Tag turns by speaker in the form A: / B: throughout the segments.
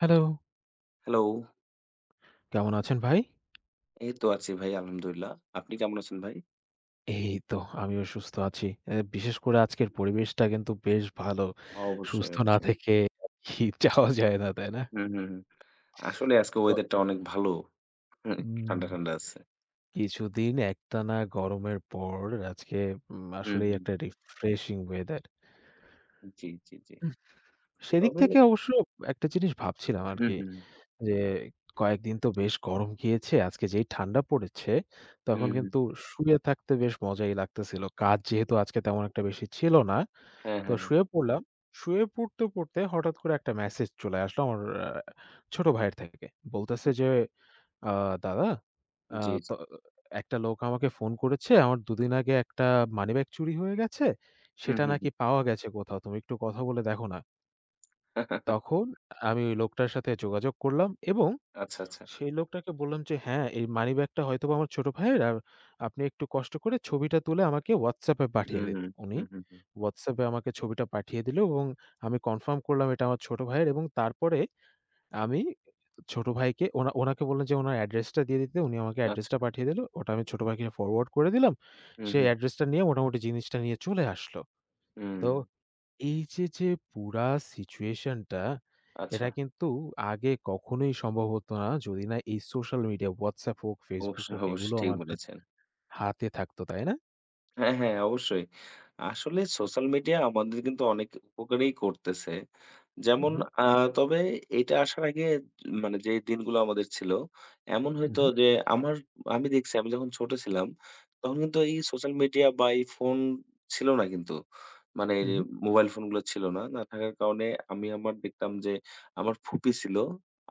A: Hello,
B: hello!
A: কেমন আছেন ভাই?
B: এই তো আছি ভাই আলহামদুলিল্লাহ। আপনি কেমন আছেন ভাই?
A: এই তো আমিও সুস্থ আছি। বিশেষ করে আজকের পরিবেশটা কিন্তু বেশ ভালো।
B: অবশ্যই,
A: সুস্থ না
B: অবশ্যই।
A: থেকে আরকি যাওয়া যায় না, তাই না?
B: হুম, হুম, হুম। আসলে আজকে ওয়েদারটা
A: ক
B: অনেক ভালো। হুম, ঠান্ডা,
A: উম
B: ঠান্ডা আছে।
A: কিছুদিন একটানা গরমের পর আজকে
B: হুম,
A: আসলেই
B: হুম।
A: একটা রিফ্রেশিং ওয়েদার।
B: জি, জি, জি।
A: উহ সেদিক
B: তবে
A: থেকে অবশ্য একটা জিনিস ভাবছিলাম
B: হুম,
A: আরকি
B: হুম,
A: যে, কয়েকদিন তো বেশ গরম গিয়েছে। আজকে যেই ঠান্ডা পড়েছে,
B: হুম,
A: তখন
B: হুম।
A: কিন্তু শুয়ে থাকতে বেশ মজাই লাগতেছিল। কাজ যেহেতু আজকে তেমন একটা বেশি ছিল না
B: হ্যাঁ,
A: তো
B: হ্যাঁ, হ্যাঁ।
A: শুয়ে পড়লাম। শুয়ে পড়তে, পড়তে হঠাৎ করে একটা মেসেজ চলে আসলো আমার আ ছোট ভাইয়ের থেকে। বলতেছে যে, আ "দাদা, আ
B: জি,
A: ত
B: জি।
A: একটা লোক আমাকে ফোন করেছে। আমার দুদিন আগে একটা মানিব্যাগ চুরি হয়ে গেছে।
B: হুম,
A: সেটা
B: হুম,
A: নাকি
B: হুম।
A: পাওয়া গেছে কোথাও। তুমি একটু কথা বলে দেখো না?" তখন আমি ওই লোকটার সাথে যোগাযোগ করলাম এবং
B: আচ্ছা, আচ্ছা।
A: সেই লোকটাকে বললাম যে, "হ্যাঁ, এই মানিব্যাগটা হয়তোবা আমার ছোট ভাইয়ের। আর আপনি একটু কষ্ট করে ছবিটা তুলে আমাকে WhatsApp এ পাঠিয়ে
B: হুম,
A: দিন।"
B: হুম,
A: উনি
B: হুম, হুম। হুম।
A: WhatsApp এ আমাকে ছবিটা পাঠিয়ে দিল এবং আমি কনফার্ম করলাম এটা আমার ছোট ভাইয়ের এবং তারপরে আমি ছোট ভাইকে ওনাকে বললাম যে ওনার অ্যাড্রেসটা দিয়ে দিতে। উনি আমাকে
B: আচ্ছা।
A: অ্যাড্রেসটা পাঠিয়ে দিল। ওটা আমি ছোট ভাইকে ফরওয়ার্ড করে দিলাম।
B: হুম,
A: সে
B: হুম,
A: অ্যাড্রেসটা নিয়ে মোটামুটি জিনিসটা নিয়ে চলে আসলো।
B: হুম।
A: তো এই যে পুরা সিচুয়েশনটা,
B: আচ্ছা।
A: এটা কিন্তু আগে কখনোই সম্ভব হতো না যদি না এই সোশ্যাল মিডিয়া WhatsApp হোক, Facebook
B: অবশ্যই,
A: হোক
B: অবশ্যই
A: এগুলো
B: ঠিক
A: আমাদের
B: বলেছেন।
A: হাতে থাকতো, তাই না?
B: হ্যাঁ, হ্যাঁ, অবশ্যই। আসলে সোশ্যাল মিডিয়া আমাদের কিন্তু অনেক উপকারই করতেছে। যেমন
A: উহু,
B: আ তবে এটা আসার আগে মানে যে দিনগুলো আমাদের ছিল, এমন হইতো
A: উহু,
B: যে আমার আমি দেখছি আমি যখন ছোট ছিলাম, তখন কিন্তু এই সোশ্যাল মিডিয়া বা এই ফোন ছিল না কিন্তু। মানে
A: উহু,
B: মোবাইল ফোনগুলো ছিল না। না থাকার কারণে আমার দেখতাম যে আমার ফুপি ছিল।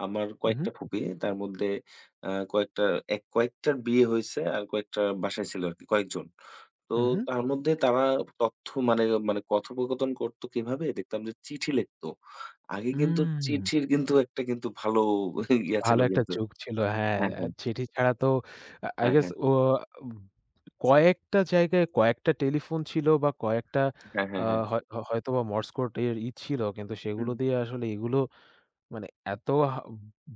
B: আমার
A: উহু,
B: কয়েকটা ফুপি তার মধ্যে কয়েকটা কয়েকটার বিয়ে হইছে আর কয়েকটার বাসায় ছিল আরকি কয়েকজন। তো
A: উহু।
B: তার মধ্যে তারা তথ্য মানে মানে কথোপকথন করত কিভাবে? দেখতাম যে চিঠি লিখত। আগে কিন্তু
A: উম
B: চিঠির কিন্তু একটা কিন্তু ভালো ইয়া ছিল
A: ভালো একটা
B: কিন্তু।
A: যুগ ছিল। হ্যাঁ,
B: হ্যাঁ, হ্যাঁ।
A: চিঠি ছাড়া তো আই
B: হ্যাঁ,
A: গেস
B: হ্যাঁ।
A: ও কয়েকটা জায়গায় কয়েকটা টেলিফোন ছিল বা কয়েকটা
B: হ্যাঁ, হ্যাঁ,
A: আ
B: হ্যাঁ।
A: হয় হয়তোবা মর্স কোড এর ই ছিল কিন্তু
B: হ্যাঁ।
A: সেগুলো দিয়ে আসলে এগুলো মানে এত হা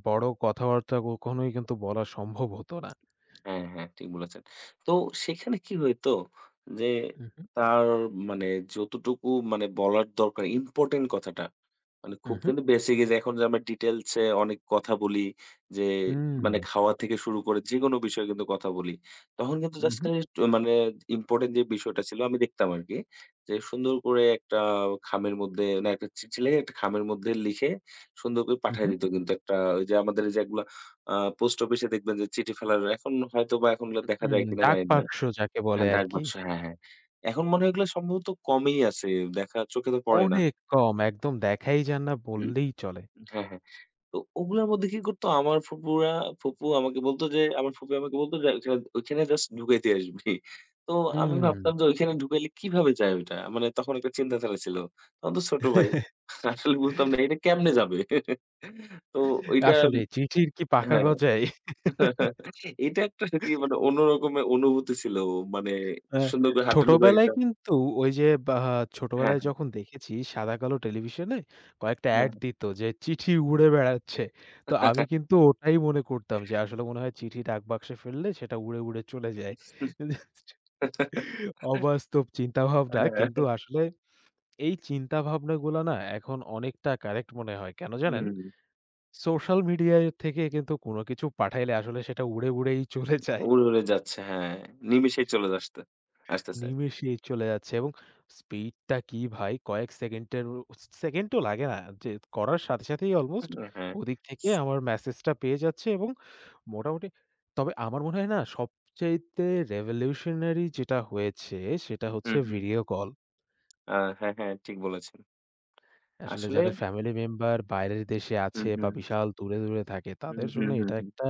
A: বড় কথাবার্তা কখনোই কিন্তু বলা সম্ভব হতো না।
B: হ্যাঁ, হ্যাঁ, ঠিক বলেছেন। তো সেখানে কি হইতো যে
A: উহু,
B: তার মানে যতটুকু মানে বলার দরকার ইম্পোর্টেন্ট কথাটা মানে খুব
A: উহু,
B: কিন্তু বেঁচে গেছে এখন যে আমরা ডিটেইলস এ অনেক কথা বলি যে মানে
A: উম,
B: খাওয়া থেকে শুরু করে যেকোনো বিষয়ে কিন্তু কথা বলি। তখন কিন্তু জাস্ট
A: উহু,
B: খালি মানে ইম্পোর্টেন্ট যে বিষয়টা ছিল আমি দেখতাম আরকি যে সুন্দর করে একটা খামের মধ্যে না একটা চিঠি লিখে একটা খামের মধ্যে লিখে সুন্দর করে পাঠায়
A: উহু।
B: দিত কিন্তু একটা ওই যে আমাদের যেগুলা আ পোস্ট অফিসে দেখবেন যে চিঠি ফেলার এখন হয়তোবা এখন এগুলো দেখা যায় কিনা
A: ডাক
B: জানি না।
A: বাক্স যাকে বলে
B: হ্যাঁ, ডাক
A: আরকি।
B: বাক্স হ্যাঁ, হ্যাঁ। এখন মনে হয় এগুলো সম্ভবত কমই আছে। দেখা চোখে তো পড়ে না।
A: অনেক কম একদম দেখাই যান না
B: হুম,
A: বললেই চলে।
B: হ্যাঁ, হ্যাঁ। তো ওগুলোর মধ্যে কি করতো আমার ফুপুরা ফুপু আমাকে বলতো যে আমার ফুপি আমাকে বলতো যে "ওইখানে ওইখানে জাস্ট ঢুকাইতে আসবি।" তো আমি
A: হুম।
B: ভাবতাম যে ওইখানে ঢুকাইলে কিভাবে যায় ওইটা? মানে তখন একটা চিন্তাধারা ছিল। তখন তো ছোট ভাই। আসলে বুঝতাম না এটা কেমনে যাবে? তো ওইটা
A: আসলে চিঠির কি পাখা
B: হ্যাঁ।
A: গজায়?
B: এটা একটা কি মানে অন্যরকমের অনুভূতি ছিল। মানে
A: অ্যা
B: সুন্দর করে হাতটা ঢুকাই
A: ছোটবেলায়
B: দিতাম।
A: কিন্তু ওই যে বা
B: হ্যাঁ,
A: ছোটবেলায়
B: হ্যাঁ,
A: যখন দেখেছি সাদা-কালো টেলিভিশনে কয়েকটা
B: হ্যাঁ।
A: অ্যাড দিত যে চিঠি উড়ে বেড়াচ্ছে। তো আমি কিন্তু ওটাই মনে করতাম যে আসলে মনে হয় চিঠি ডাকবাক্সে ফেললে সেটা উড়ে, উড়ে চলে যায়। জাস্ট অবাস্তব চিন্তাভাবনা কিন্তু
B: হ্যাঁ,
A: আসলে এই চিন্তাভাবনাগুলা না এখন অনেকটা কারেক্ট মনে হয়। কেন জানেন?
B: হুম।
A: সোশ্যাল মিডিয়া থেকে কিন্তু কোন কিছু পাঠাইলে আসলে সেটা উড়ে, উড়েই চলে যায়।
B: উড়ে, উড়ে যাচ্ছে। হ্যাঁ, নিমেষেই চলে আসতে আসতেছে।
A: নিমেষেই চলে যাচ্ছে এবং স্পিডটা কি ভাই! কয়েক সেকেন্ডের সেকেন্ডও লাগে না। যে করার সাথে সাথেই অলমোস্ট
B: হ্যাঁ।
A: ওদিক থেকে আমার মেসেজটা পেয়ে যাচ্ছে এবং মোটামুটি তবে আমার মনে হয় না সবচাইতে রেভলিউশনারি যেটা হয়েছে সেটা
B: হুম,
A: হচ্ছে
B: হুম।
A: Video call.
B: আ হ্যাঁ, হ্যাঁ, ঠিক বলেছেন।
A: আসলে
B: আসলে
A: যাদের ফ্যামিলি মেম্বার বাইরের দেশে
B: হুম,
A: আছে বা
B: হুম,
A: বিশাল দূরে, দূরে থাকে
B: হুম,
A: তাদের
B: হুম,
A: জন্য
B: হুম,
A: এটা
B: হুম।
A: একটা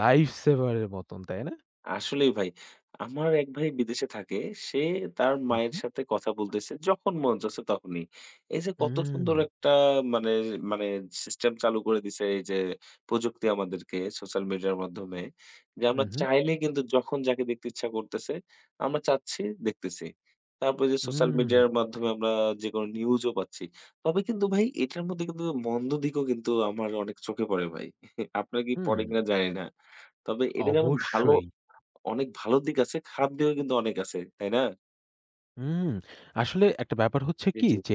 A: লাইফ সেভারের মতন, তাই না?
B: আসলেই ভাই। আমার এক ভাই বিদেশে থাকে। সে তার
A: হু,
B: মায়ের
A: হু।
B: সাথে কথা বলতেছে যখন মন চাচ্ছে তখনই। এই যে কত
A: হুম,
B: সুন্দর একটা মানে, মানে সিস্টেম চালু করে দিছে এই যে প্রযুক্তি আমাদেরকে সোশ্যাল মিডিয়ার মাধ্যমে। যে
A: হু,
B: আমরা
A: হু।
B: চাইলেই কিন্তু যখন যাকে দেখতে ইচ্ছা করতেছে, আমরা চাচ্ছি দেখতেছি। তারপরে যে সোশ্যাল
A: হুম,
B: মিডিয়ার মাধ্যমে আমরা যেকোনো নিউজও পাচ্ছি। তবে কিন্তু ভাই এটার মধ্যে কিন্তু মন্দ দিকও কিন্তু আমার অনেক চোখে পড়ে ভাই। আপনার কি
A: হুম,
B: পড়ে কিনা জানি না। তবে এটা যেমন ভালো
A: অবশ্যই।
B: অনেক ভালো দিক আছে, খারাপ দিকও কিন্তু অনেক আছে। তাই না?
A: হুম। আসলে একটা ব্যাপার হচ্ছে
B: জি,
A: কি
B: জি।
A: যে,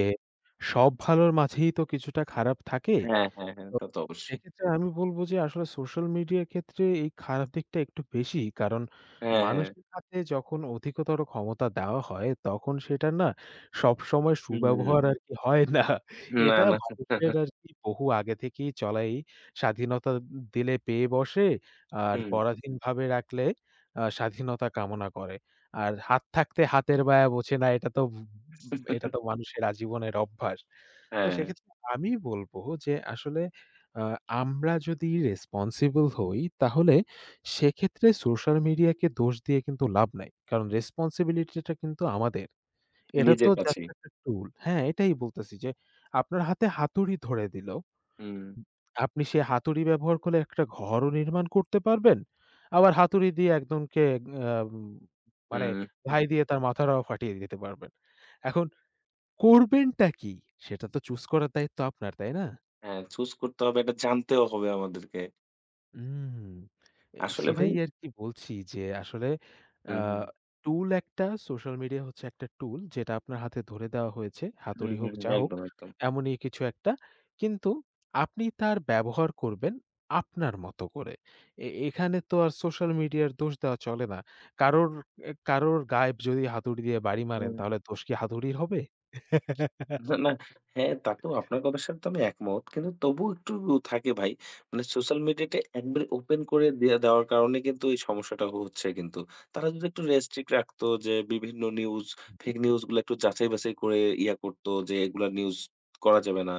A: সব ভালোর মাঝেই তো কিছুটা খারাপ থাকে।
B: হ্যাঁ, হ্যাঁ, হ্যাঁ।
A: তো
B: তা তো অবশ্যই।
A: সেক্ষেত্রে আমি বলব যে আসলে সোশ্যাল মিডিয়ার ক্ষেত্রে এই খারাপ দিকটা একটু বেশি। কারণ
B: হ্যাঁ, হ্যাঁ।
A: মানুষের হাতে যখন অধিকতর ক্ষমতা দেওয়া হয় তখন সেটা না সবসময়
B: হুম।
A: সুব্যবহার আরকি হয় না।
B: না,
A: এটা
B: না।
A: মানুষের আরকি বহু আগে থেকেই চলাই স্বাধীনতা দিলে পেয়ে বসে আর
B: হুম।
A: পরাধীনভাবে রাখলে স্বাধীনতা কামনা করে। আর হাত থাকতে হাতের বায়া বোঝে না এটা তো এটা তো মানুষের আজীবনের অভ্যাস। তো
B: হ্যাঁ,
A: সেক্ষেত্রে আমি বলব যে আসলে আ আমরা যদি রেসপনসিবল হই তাহলে সেক্ষেত্রে সোশ্যাল মিডিয়াকে দোষ দিয়ে কিন্তু লাভ নাই। কারণ রেসপনসিবিলিটিটা কিন্তু আমাদের। এটা তো
B: নিজের
A: জাস্ট
B: কাছেই।
A: একটা টুল। হ্যাঁ, এটাই বলতেছি যে আপনার হাতে হাতুড়ি ধরে দিল।
B: হুম,
A: আপনি সেই হাতুড়ি ব্যবহার করলে একটা ঘরও নির্মাণ করতে পারবেন। আবার হাতুড়ি দিয়ে একজনকে আম মানে
B: হুম।
A: ঘাই দিয়ে তার মাথাটাও ফাটিয়ে দিতে পারবেন। এখন করবেনটা কি? সেটা তো চুজ করার দায়িত্ব আপনার, তাই না?
B: হ্যাঁ, চুজ করতে হবে এটা জানতেও হবে আমাদেরকে।
A: হুম। এই
B: আসলে ভাই
A: সেটাই আরকি বলছি যে আসলে আ
B: হুম, হুম,
A: টুল একটা সোশ্যাল মিডিয়া হচ্ছে একটা টুল যেটা আপনার হাতে ধরে দেওয়া হয়েছে।
B: হুম,
A: হাতুড়ি
B: হুম,
A: হোক
B: হুম।
A: যা হোক
B: একদম, একদম।
A: এমনই কিছু একটা। কিন্তু আপনি তার ব্যবহার করবেন আপনার মতো করে। এখানে তো আর সোশ্যাল মিডিয়ার দোষ দেওয়া চলে না। কারোর কারোর গায়ে যদি হাতুড়ি দিয়ে বাড়ি মারেন
B: হুম।
A: তাহলে দোষ কি হাতুড়ির হবে?
B: না, না। হ্যাঁ, তা তো আপনার কথার সাথে তো আমি একমত। কিন্তু তবুও একটু থাকে ভাই। মানে সোশ্যাল মিডিয়াটা একবারে ওপেন করে দিয়ে দেওয়ার কারণে কিন্তু এই সমস্যাটা হচ্ছে কিন্তু। তারা যদি একটু রেস্ট্রিক্ট রাখতো যে বিভিন্ন নিউজ, ফেক নিউজ গুলা একটু যাচাই বাছাই করে ইয়া করতো যে এগুলা নিউজ করা যাবে না।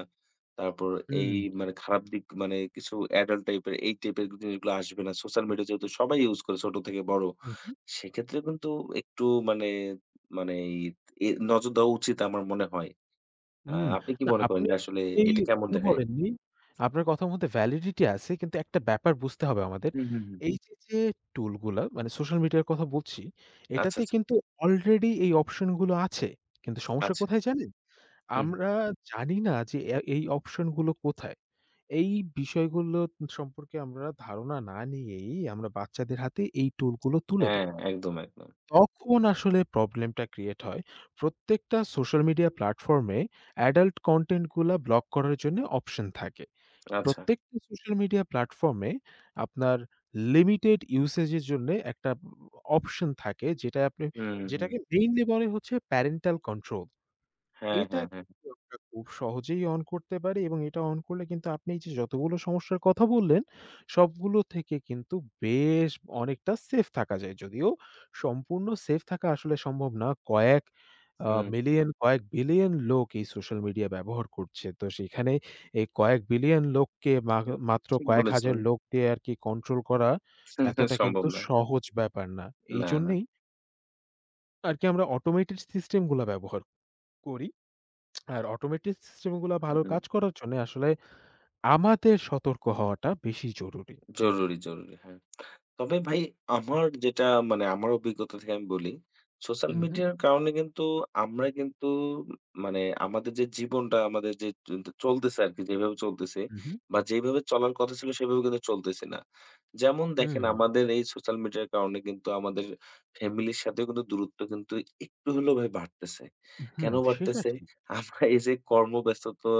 B: তারপর এই
A: হুম,
B: মানে খারাপ দিক মানে কিছু অ্যাডাল্ট টাইপের এই টাইপের জিনিসগুলো আসবে না। সোশ্যাল মিডিয়া যেহেতু সবাই ইউজ করে ছোট থেকে বড়।
A: হুম।
B: সেক্ষেত্রে কিন্তু একটু মানে মানে এই এ নজর দেওয়া উচিত আমার মনে হয়। আ
A: হুম,
B: আপনি কি
A: না
B: মনে করেন
A: আপনি
B: যে আসলে
A: এই
B: এটা কেমন
A: ভুল
B: দেখায়?
A: বলেননি। আপনার কথার মধ্যে ভ্যালিডিটি আছে। কিন্তু একটা ব্যাপার বুঝতে হবে আমাদের।
B: হুম, হুম, হুম।
A: এই যে টুলগুলা মানে সোশ্যাল মিডিয়ার কথা বলছি,
B: আচ্ছা,
A: এটাতে
B: আচ্ছা,
A: কিন্তু অলরেডি এই অপশন গুলো আছে। কিন্তু সমস্যা
B: আচ্ছা।
A: কোথায় জানেন?
B: হুম, হুম।
A: আমরা জানি না যে এই অপশন গুলো কোথায়। এই বিষয়গুলো সম্পর্কে আমরা ধারণা না নিয়েই আমরা বাচ্চাদের হাতে এই টুলগুলো তুলে দেই।
B: হ্যাঁ, একদম, একদম।
A: তখন আসলে প্রবলেমটা ক্রিয়েট হয়। প্রত্যেকটা সোশ্যাল মিডিয়া প্ল্যাটফর্মে অ্যাডাল্ট কনটেন্টগুলা ব্লক করার জন্যে অপশন থাকে।
B: আচ্ছা।
A: প্রত্যেকটা সোশ্যাল মিডিয়া প্ল্যাটফর্মে আপনার লিমিটেড ইউসেজের জন্যে একটা অপশন থাকে যেটা আপনি
B: হুম, হুম।
A: যেটাকে মেইনলি বলে হচ্ছে প্যারেন্টাল কন্ট্রোল।
B: হ্যাঁ,
A: এটা
B: হ্যাঁ, হ্যাঁ। হ্যাঁ।
A: কিন্তু আমরা খুব সহজেই অন করতে পারি এবং এটা অন করলে কিন্তু আপনি এই যে যতগুলো সমস্যার কথা বললেন, সবগুলো থেকে কিন্তু বেশ অনেকটা সেফ থাকা যায়। যদিও সম্পূর্ণ সেফ থাকা আসলে সম্ভব না। কয়েক
B: হুম,
A: মিলিয়ন, কয়েক বিলিয়ন লোক এই সোশ্যাল মিডিয়া ব্যবহার করছে। তো সেখানে এই কয়েক বিলিয়ন লোককে মাত্র
B: ঠিক
A: কয়েক
B: বলেছেন।
A: হাজার লোক দিয়ে আরকি কন্ট্রোল করা এতটা
B: সম্ভব
A: কিন্তু
B: না।
A: সহজ ব্যাপার না।
B: না, না।
A: এইজন্যেই আরকি আমরা অটোমেটেড সিস্টেম গুলা ব্যবহার করি। আর অটোমেটেড সিস্টেম গুলা ভালো
B: হুম।
A: কাজ করার জন্যে আসলে আমাদের সতর্ক হওয়াটা বেশি জরুরি।
B: জরুরি, জরুরি। হ্যাঁ। তবে ভাই আমার যেটা মানে আমার অভিজ্ঞতা থেকে আমি বলি, সোশ্যাল
A: হুম, হুম,
B: মিডিয়ার কারণে কিন্তু আমরা কিন্তু মানে আমাদের যে জীবনটা আমাদের যে চলতেছে আরকি যেভাবে চলতেছে
A: হুম, হুম।
B: বা যেভাবে চলার কথা ছিল সেভাবে কিন্তু চলতেছে না। যেমন দেখেন আমাদের এই সোশ্যাল মিডিয়ার কারণে কিন্তু আমাদের ফ্যামিলির সাথেও কিন্তু দূরত্ব কিন্তু একটু হলেও ভাই বাড়তেছে।
A: হুম, হুম,
B: কেন
A: সেটা
B: বাড়তেছে?
A: ঠিক।
B: আমরা এই যে কর্মব্যস্ততা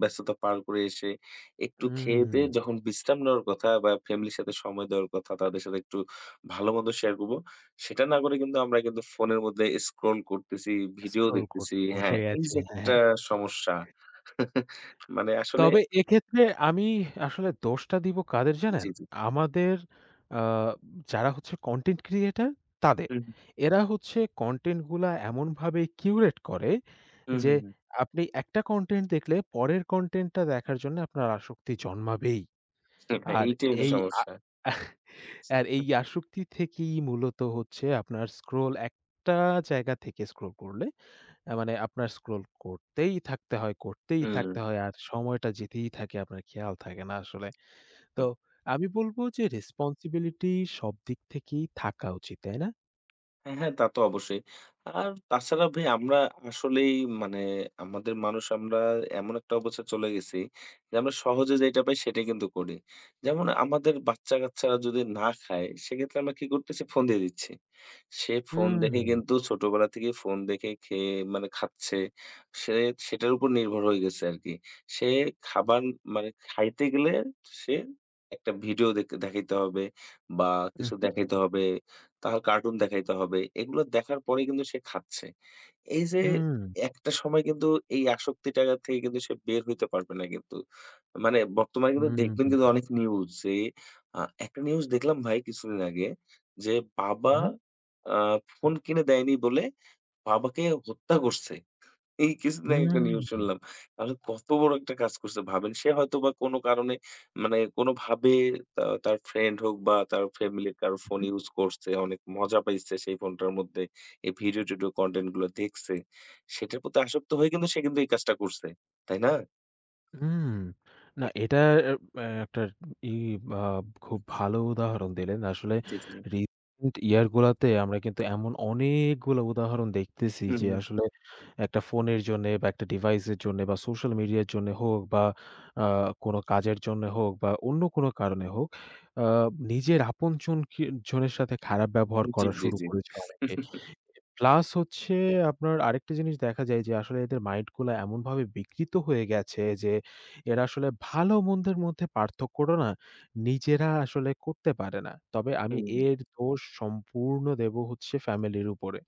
B: ব্যস্ততা পার করে এসে একটু
A: হুম।
B: খেয়ে-দেয়ে যখন বিশ্রাম নেওয়ার কথা বা ফ্যামিলির সাথে সময় দেওয়ার কথা, তাদের সাথে একটু ভালোমন্দ শেয়ার করব। সেটা না করে কিন্তু আমরা কিন্তু ফোনের মধ্যে স্ক্রল করতেছি, ভিডিও
A: স্ক্রল
B: দেখতেছি।
A: করতে বসে
B: হ্যাঁ, এই
A: গেছি।
B: যে
A: হ্যাঁ,
B: একটা
A: হ্যাঁ।
B: সমস্যা। মানে আসলে
A: তবে এক্ষেত্রে আমি আসলে দোষটা দিব কাদের
B: জি,
A: জানেন?
B: জি।
A: আমাদের আ যারা হচ্ছে কনটেন্ট ক্রিয়েটর তাদের।
B: হুম,
A: এরা হচ্ছে কনটেন্ট গুলা এমনভাবে কিউরেট করে
B: হুম,
A: যে
B: হুম, হুম।
A: আপনি একটা কনটেন্ট দেখলে পরের কনটেন্টটা দেখার জন্য আপনার আসক্তি জন্মাবেই।
B: হুম। হ্যাঁ,
A: আর
B: এইটাই হলো
A: এই আ
B: সমস্যা।
A: আর এই আসক্তি থেকেই মূলত হচ্ছে আপনার স্ক্রল একটা জায়গা থেকে স্ক্রল করলে মানে আপনার স্ক্রল করতেই থাকতে হয়, করতেই
B: হুম।
A: থাকতে হয়। আর সময়টা যেতেই থাকে আপনার খেয়াল থাকে না আসলে। তো আমি বলব যে রেসপনসিবিলিটি সব দিক থেকেই থাকা উচিত, তাই না?
B: হ্যাঁ, হ্যাঁ, তা তো অবশ্যই। আর তাছাড়া ভাই আমরা আসলেই মানে আমাদের মানুষ আমরা এমন একটা অবস্থায় চলে গেছি যে আমরা সহজে যেটা পাই সেটাই কিন্তু করি। যেমন আমাদের বাচ্চা-কাচ্চারা যদি না খায় সেক্ষেত্রে আমরা কি করতেছি? ফোন দিয়ে দিচ্ছি। সে ফোন দেখে
A: হুম,
B: কিন্তু ছোটবেলা থেকেই ফোন দেখে খেয়ে মানে খাচ্ছে। সে সেটার উপর নির্ভর হয়ে গেছে আরকি। সে খাবার মানে খাইতে গেলে সে একটা ভিডিও দেখাইতে হবে বা কিছু
A: উহু,
B: দেখাইতে হবে, তার কার্টুন দেখাইতে হবে। এগুলো দেখার পরে কিন্তু সে খাচ্ছে। এই যে
A: হুম,
B: একটা সময় কিন্তু এই আসক্তিটা থেকে কিন্তু সে বের হইতে পারবে না কিন্তু। মানে বর্তমানে কিন্তু
A: হুম, হুম,
B: দেখবেন
A: হুম,
B: কিন্তু অনেক নিউজ যে আ একটা নিউজ দেখলাম ভাই কিছুদিন আগে যে বাবা
A: হুম।
B: আ ফোন কিনে দেয়নি বলে বাবাকে হত্যা করছে। এই কিছুদিন আগে একটা নিউজ
A: হুম,
B: শুনলাম। তাহলে কত বড় একটা কাজ করছে ভাবেন। সে হয়তোবা কোনো কারণে মানে কোনোভাবে তা তার ফ্রেন্ড হোক বা তার ফ্যামিলির কারো ফোন ইউজ করছে, অনেক মজা পাইছে সেই ফোনটার মধ্যে। এই ভিডিও-টিডিও কনটেন্ট গুলো দেখছে। সেটার প্রতি আসক্ত হয়ে কিন্তু সে কিন্তু এই কাজটা করছে। তাই না?
A: হুম। না
B: এ
A: এটা অ্যা একটা ই আ খুব ভালো উদাহরণ দিলেন। আসলে
B: জি, জি।
A: রিসেন্ট ইয়ার গুলাতে আমরা কিন্তু এমন অনেকগুলো উদাহরণ দেখতেছি
B: হুম,
A: যে
B: হুম।
A: আসলে একটা ফোনের জন্যে বা একটা ডিভাইসের জন্যে বা সোশ্যাল মিডিয়ার জন্য হোক বা আ কোনো কাজের জন্য হোক বা অন্য কোনো কারণে হোক আ নিজের আপনজনকে জনের সাথে খারাপ ব্যবহার
B: জি,
A: করা
B: জি,
A: শুরু
B: জি।
A: করেছে অনেকে। প্লাস হচ্ছে আপনার আরেকটা জিনিস দেখা যায় যে আসলে এদের মাইন্ড গুলা এমনভাবে বিকৃত হয়ে গেছে যে এরা আসলে ভালো মন্দের মধ্যে পার্থক্যটা না নিজেরা আসলে করতে পারে না। তবে আমি
B: হুম।
A: এর দোষ সম্পূর্ণ দেব হচ্ছে ফ্যামিলির উপরে।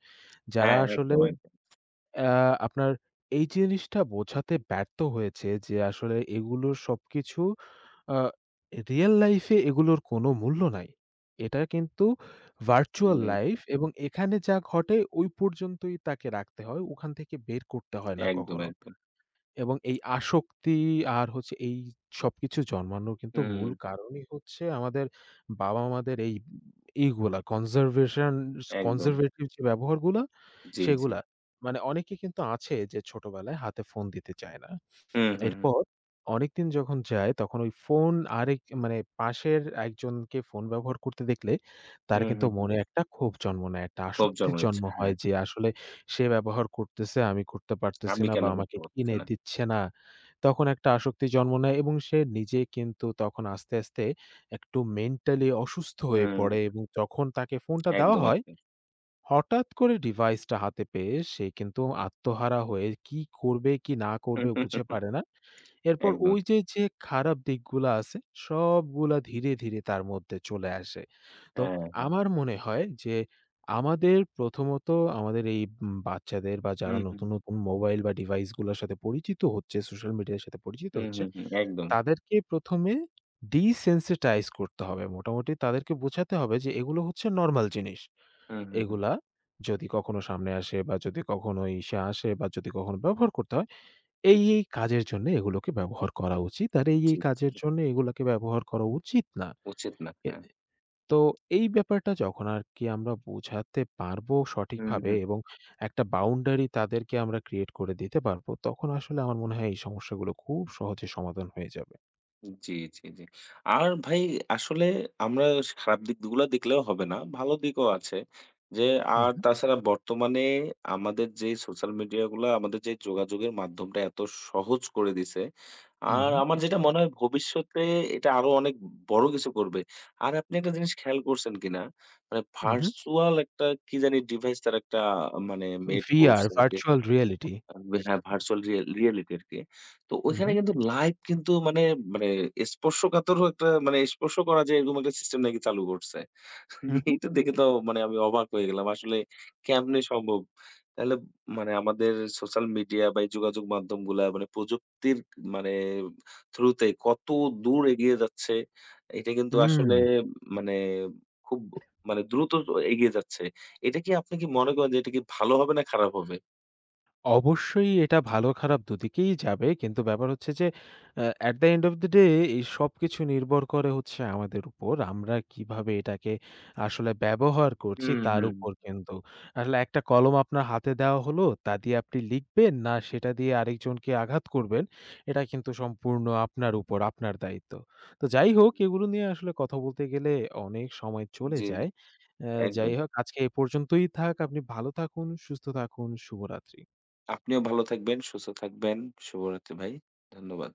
A: যারা
B: হ্যাঁ,
A: আসলে
B: একদম, একদম।
A: আ আপনার এই জিনিসটা বোঝাতে ব্যর্থ হয়েছে যে আসলে এগুলোর সবকিছু আ রিয়াল লাইফ এ এগুলোর কোনো মূল্য নাই। এটা কিন্তু ভার্চুয়াল
B: হুম,
A: লাইফ এবং এখানে যা ঘটে ওই পর্যন্তই তাকে রাখতে হয়। ওখান থেকে বের করতে হয় না
B: একদম,
A: কখনো।
B: একদম।
A: এবং এই আসক্তি আর হচ্ছে এই সবকিছু জন্মানোর কিন্তু মূল
B: হুম,
A: কারণই হচ্ছে আমাদের বাবা-মাদের এইগুলা
B: একদম।
A: কনজারভেটিভ যে ব্যবহারগুলা
B: জি, জি।
A: সেগুলা। মানে অনেকে কিন্তু আছে যে ছোটবেলায় হাতে ফোন দিতে চায় না।
B: হুম, হুম, হুম,
A: এরপর অনেকদিন যখন যায় তখন ওই ফোন আরেক মানে পাশের একজনকে ফোন ব্যবহার করতে দেখলে তার
B: হুম,
A: কিন্তু
B: হুম, হুম।
A: মনে একটা ক্ষোভ জন্ম নেয়, একটা
B: ক্ষোভ
A: আসক্তির
B: জন্মাচ্ছে,
A: জন্ম
B: হ্যাঁ।
A: হয় যে আসলে সে ব্যবহার করতেছে, আমি করতে পারতেছি
B: আমি
A: না
B: কেন
A: বা
B: করতে
A: আমাকে
B: পারতেছি
A: কিনে
B: না?
A: দিচ্ছে না। তখন একটা আসক্তি জন্ম নেয় এবং সে নিজে কিন্তু তখন আস্তে, আস্তে একটু মেন্টালি অসুস্থ হয়ে
B: হুম,
A: পড়ে এবং যখন তাকে ফোনটা দেওয়া
B: একদম,
A: হয়,
B: একদম।
A: হঠাৎ করে ডিভাইসটা হাতে পেয়ে সে কিন্তু আত্মহারা হয়ে কি করবে, কি না করবে বুঝে পারে না। এরপর
B: একদম,
A: ওই যে খারাপ দিকগুলা আছে সবগুলা ধীরে, ধীরে তার মধ্যে চলে আসে। তো
B: হ্যাঁ।
A: আমার মনে হয় যে, আমাদের প্রথমত আমাদের এই বাচ্চাদের বা
B: হুম,
A: যারা
B: হুম,
A: নতুন, নতুন মোবাইল বা ডিভাইসগুলোর সাথে পরিচিত হচ্ছে, সোশ্যাল মিডিয়ার সাথে পরিচিত
B: হুম,
A: হচ্ছে,
B: হুম, হুম, একদম।
A: তাদেরকে প্রথমে desensitize করতে হবে। মোটামুটি তাদেরকে বোঝাতে হবে যে, এগুলো হচ্ছে নরমাল জিনিস।
B: হুম, হুম, হুম।
A: এগুলা যদি কখনো সামনে আসে বা যদি কখনো ইসে আসে বা যদি কখনো ব্যবহার করতে হয় এই, এই কাজের জন্য এগুলোকে ব্যবহার করা উচিত। আর এই,
B: জি,
A: এই
B: জি,
A: কাজের
B: জি।
A: জন্য এগুলোকে ব্যবহার করা উচিত না।
B: উচিত না,
A: এ
B: হ্যাঁ।
A: তো এই ব্যাপারটা যখন আরকি আমরা বোঝাতে পারবো
B: হুম,
A: সঠিকভাবে
B: হুম।
A: এবং একটা বাউন্ডারি তাদেরকে আমরা ক্রিয়েট করে দিতে পারবো, তখন আসলে আমার মনে হয় এই সমস্যাগুলো খুব সহজে সমাধান হয়ে যাবে।
B: জি, জি, জি। আর ভাই আসলে আমরা খারাপ দিকগুলা দেখলেও হবে না। ভালো দিকও আছে। যে আর
A: উহু,
B: তাছাড়া বর্তমানে আমাদের যে সোশ্যাল মিডিয়া গুলা আমাদের যে যোগাযোগের মাধ্যমটা এত সহজ করে দিছে। আর
A: উহু,
B: আমার যেটা মনে হয় ভবিষ্যতে এটা আরো অনেক বড় কিছু করবে। আর আপনি একটা জিনিস খেয়াল করছেন কিনা? মানে
A: উহু।
B: ভার্চুয়াল একটা কি জানি ডিভাইস তারা একটা মানে মেড
A: VR,
B: করছে।
A: Virtual reality.
B: থাকবে হ্যাঁ, ভার্চুয়াল রিয়ালিটি আরকি। তো ওইখানে
A: উহু,
B: কিন্তু লাইভ কিন্তু মানে, মানে স্পর্শকাতরও একটা মানে স্পর্শ করা যায় এরকম একটা সিস্টেম নাকি চালু করছে।
A: উহু।
B: এটা দেখে তো মানে আমি অবাক হয়ে গেলাম। আসলে কেমনে সম্ভব? তাহলে মানে আমাদের সোশ্যাল মিডিয়া বা এই যোগাযোগ মাধ্যমগুলা মানে প্রযুক্তির মানে থ্রুতে কত দূর এগিয়ে যাচ্ছে, এটা কিন্তু
A: হুম।
B: আসলে মানে খুব মানে দ্রুত এগিয়ে যাচ্ছে। এটা কি আপনি কি মনে করেন যে এটা কি ভালো হবে না খারাপ হবে?
A: অবশ্যই এটা ভালো খারাপ দুদিকেই যাবে। কিন্তু ব্যাপার হচ্ছে যে at the end of the day এই সবকিছু নির্ভর করে হচ্ছে আমাদের উপর। আমরা কিভাবে এটাকে আসলে ব্যবহার করছি
B: হুম,
A: তার
B: হুম।
A: উপর কিন্তু। আসলে একটা কলম আপনার হাতে দেওয়া হলো, তা দিয়ে আপনি লিখবেন না সেটা দিয়ে আরেকজনকে আঘাত করবেন, এটা কিন্তু সম্পূর্ণ আপনার উপর, আপনার দায়িত্ব। তো যাই হোক এগুলো নিয়ে আসলে কথা বলতে গেলে অনেক সময় চলে
B: জি, জি,
A: যায়।
B: একদম।
A: যাই হোক আজকে এ পর্যন্তই থাক। আপনি ভালো থাকুন, সুস্থ থাকুন। শুভরাত্রি।
B: আপনিও ভালো থাকবেন, সুস্থ থাকবেন। শুভরাত্রি ভাই। ধন্যবাদ।